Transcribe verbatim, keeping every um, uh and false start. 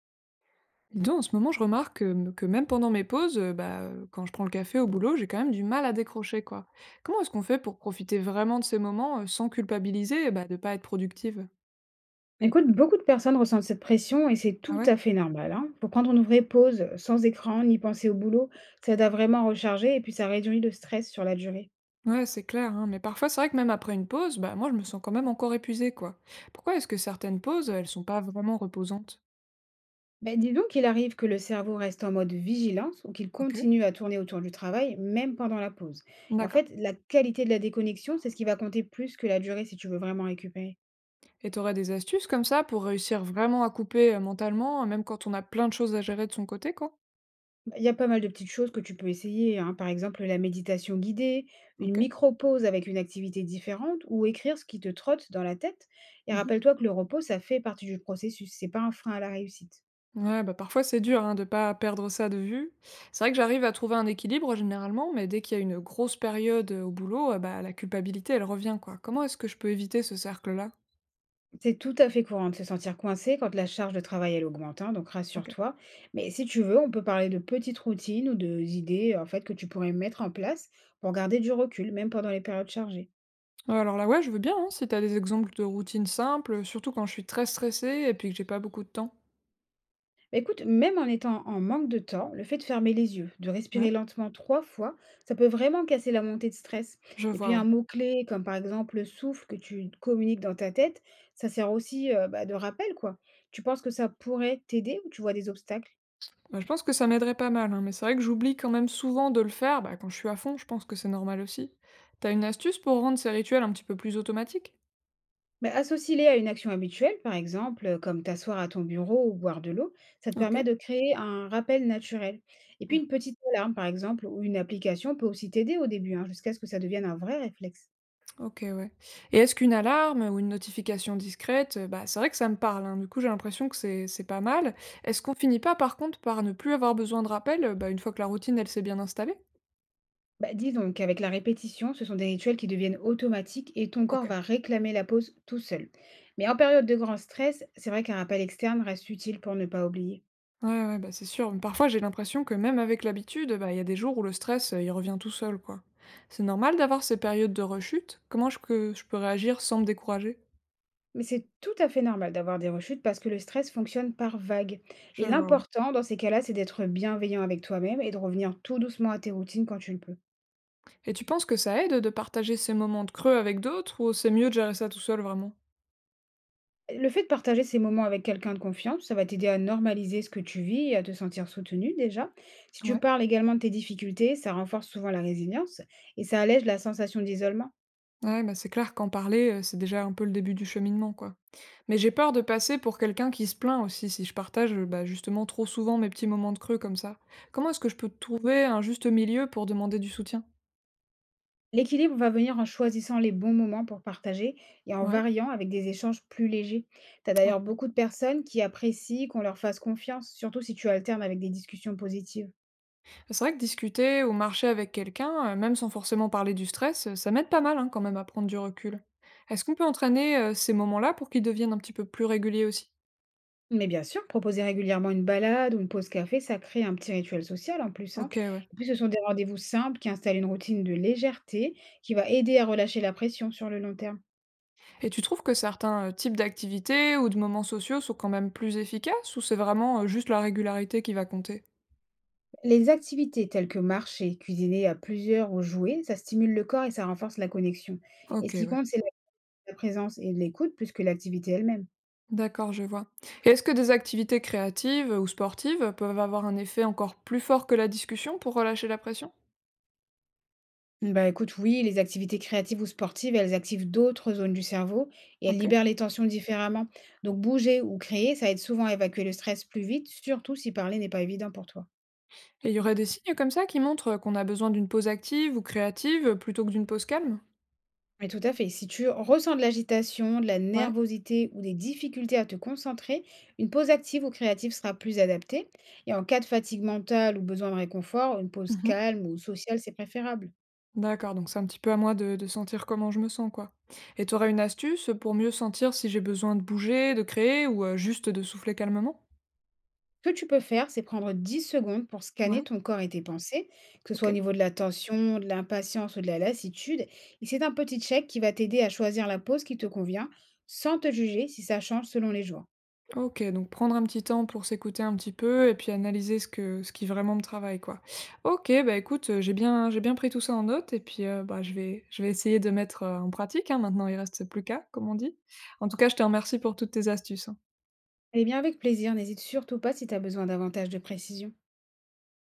Dis donc, en ce moment, je remarque que, que même pendant mes pauses, euh, bah, euh, quand je prends le café au boulot, j'ai quand même du mal à décrocher, quoi. Comment est-ce qu'on fait pour profiter vraiment de ces moments euh, sans culpabiliser et bah, de pas être productive? Écoute, beaucoup de personnes ressentent cette pression et c'est Ah tout ouais? à fait normal, hein. Faut prendre une vraie pause, sans écran, ni penser au boulot. Ça aide à vraiment recharger et puis ça réduit le stress sur la durée. Ouais, c'est clair, hein, mais parfois, c'est vrai que même après une pause, bah, moi, je me sens quand même encore épuisée, quoi. Pourquoi est-ce que certaines pauses, elles sont pas vraiment reposantes? Ben, dis donc qu'il arrive que le cerveau reste en mode vigilance ou qu'il Ok, continue à tourner autour du travail, même pendant la pause. Et en d'accord. fait, la qualité de la déconnexion, c'est ce qui va compter plus que la durée si tu veux vraiment récupérer. Et t'aurais des astuces comme ça pour réussir vraiment à couper euh, mentalement, euh, même quand on a plein de choses à gérer de son côté, quoi? Il y a pas mal de petites choses que tu peux essayer, hein. Par exemple, la méditation guidée, une Ok. micro-pause avec une activité différente ou écrire ce qui te trotte dans la tête. Et Mhm. rappelle-toi que le repos, ça fait partie du processus, c'est pas un frein à la réussite. Ouais, bah, parfois c'est dur hein, de pas perdre ça de vue. C'est vrai que j'arrive à trouver un équilibre généralement, mais dès qu'il y a une grosse période euh, au boulot, euh, bah, la culpabilité elle revient quoi. Comment est-ce que je peux éviter ce cercle-là? C'est tout à fait courant de se sentir coincé quand la charge de travail elle augmente, hein, donc Ok. rassure-toi. Mais si tu veux, on peut parler de petites routines ou de- d'idées en fait que tu pourrais mettre en place pour garder du recul, même pendant les périodes chargées. Euh, Alors là, ouais, je veux bien hein, si t'as des exemples de routines simples, surtout quand je suis très stressée et puis que j'ai pas beaucoup de temps. Bah, écoute, même en étant en manque de temps, le fait de fermer les yeux, de respirer Ouais. lentement trois fois, ça peut vraiment casser la montée de stress. Je Et vois, puis un ouais. mot-clé comme par exemple le souffle que tu communiques dans ta tête, ça sert aussi euh, bah, de rappel, quoi. Tu penses que ça pourrait t'aider ou tu vois des obstacles? Bah, je pense que ça m'aiderait pas mal, hein, mais c'est vrai que j'oublie quand même souvent de le faire. Bah, quand je suis à fond, je pense que c'est normal aussi. T'as une astuce pour rendre ces rituels un petit peu plus automatiques? Mais associe-les à une action habituelle, par exemple, euh, comme t'asseoir à ton bureau ou boire de l'eau, ça te Ok. permet de créer un rappel naturel. Et puis une petite alarme, par exemple, ou une application peut aussi t'aider au début, hein, jusqu'à ce que ça devienne un vrai réflexe. OK, ouais. Et est-ce qu'une alarme ou une notification discrète, heu, bah, c'est vrai que ça me parle, hein, du coup, j'ai l'impression que c'est c'est pas mal. Est-ce qu'on finit pas, par contre, par ne plus avoir besoin de rappel, heu, bah, une fois que la routine, elle s'est bien installée? Bah, dis donc, avec la répétition, ce sont des rituels qui deviennent automatiques et ton corps OK. va réclamer la pause tout seul. Mais en période de grand stress, c'est vrai qu'un rappel externe reste utile pour ne pas oublier. Ouais, ouais, bah, c'est sûr. Mais parfois, j'ai l'impression que même avec l'habitude, bah, il y a des jours où le stress, heu, il revient tout seul, quoi. C'est normal d'avoir ces périodes de rechute? Comment je que je peux réagir sans me décourager? Mais c'est tout à fait normal d'avoir des rechutes parce que le stress fonctionne par vagues. Je Et vois, ouais. l'important dans ces cas-là, c'est d'être bienveillant avec toi-même et de revenir tout doucement à tes routines quand tu le peux. Et tu penses que ça aide de partager ces moments de creux avec d'autres ou c'est mieux de gérer ça tout seul, vraiment? Le fait de partager ces moments avec quelqu'un de confiance, ça va t'aider à normaliser ce que tu vis et à te sentir soutenu déjà. Si tu Ouais. parles également de tes difficultés, ça renforce souvent la résilience et ça allège la sensation d'isolement. Ouais, bah, c'est clair qu'en parler, heu, c'est déjà un peu le début du cheminement, quoi. Mais j'ai peur de passer pour quelqu'un qui se plaint aussi, si je partage, heu, bah, justement trop souvent mes petits moments de creux comme ça. Comment est-ce que je peux trouver un juste milieu pour demander du soutien? L'équilibre va venir en choisissant les bons moments pour partager et en Ouais, variant avec des échanges plus légers. Tu as d'ailleurs OK. beaucoup de personnes qui apprécient qu'on leur fasse confiance, surtout si tu alternes avec des discussions positives. C'est vrai que discuter ou marcher avec quelqu'un, heu, même sans forcément parler du stress, heu, ça m'aide pas mal, hein, quand même à prendre du recul. Est-ce qu'on peut entraîner, heu, ces moments-là pour qu'ils deviennent un petit peu plus réguliers aussi? Mais bien sûr, proposer régulièrement une balade ou une pause café, ça crée un petit rituel social en plus, hein. OK, ouais. Et puis, ce sont des rendez-vous simples qui installent une routine de légèreté qui va aider à relâcher la pression sur le long terme. Et tu trouves que certains euh, types d'activités ou de moments sociaux sont quand même plus efficaces ou c'est vraiment euh, juste la régularité qui va compter? Les activités telles que marcher, cuisiner à plusieurs ou jouer, ça stimule le corps et ça renforce la connexion. Et Ok, ce qui ouais. compte, c'est la la présence et l'écoute plus que l'activité elle-même. D'accord, je vois. Et est-ce que des activités créatives ou sportives peuvent avoir un effet encore plus fort que la discussion pour relâcher la pression? Bah écoute, oui, les activités créatives ou sportives, elles activent d'autres zones du cerveau et elles Ok. libèrent les tensions différemment. Donc bouger ou créer, ça aide souvent à évacuer le stress plus vite, surtout si parler n'est pas évident pour toi. Et il y aurait des signes comme ça qui montrent qu'on a besoin d'une pause active ou créative plutôt que d'une pause calme? Mais tout à fait, si tu ressens de l'agitation, de la Ouais. nervosité ou des difficultés à te concentrer, une pause active ou créative sera plus adaptée. Et en cas de fatigue mentale ou besoin de réconfort, une pause Mhm. calme ou sociale, c'est préférable. D'accord, donc c'est un petit peu à moi de, de sentir comment je me sens, quoi. Et tu aurais une astuce pour mieux sentir si j'ai besoin de bouger, de créer ou euh, juste de souffler calmement? Ce que tu peux faire, c'est prendre dix secondes pour Ouais, scanner ton corps et tes pensées, que ce soit au OK. niveau de la tension, de l'impatience ou de la lassitude. Et c'est un petit check qui va t'aider à choisir la pause qui te convient, sans te juger si ça change selon les jours. OK, donc prendre un petit temps pour s'écouter un petit peu et puis analyser ce que ce qui vraiment me travaille, quoi. OK, bah, écoute, heu, j'ai bien j'ai bien pris tout ça en note et puis, heu, bah, je vais je vais essayer de mettre, heu, en pratique, hein, maintenant il reste plus qu'à, comme on dit. En tout cas, je te remercie pour toutes tes astuces, hein. Eh bien, avec plaisir, n'hésite surtout pas si tu as besoin davantage de précision.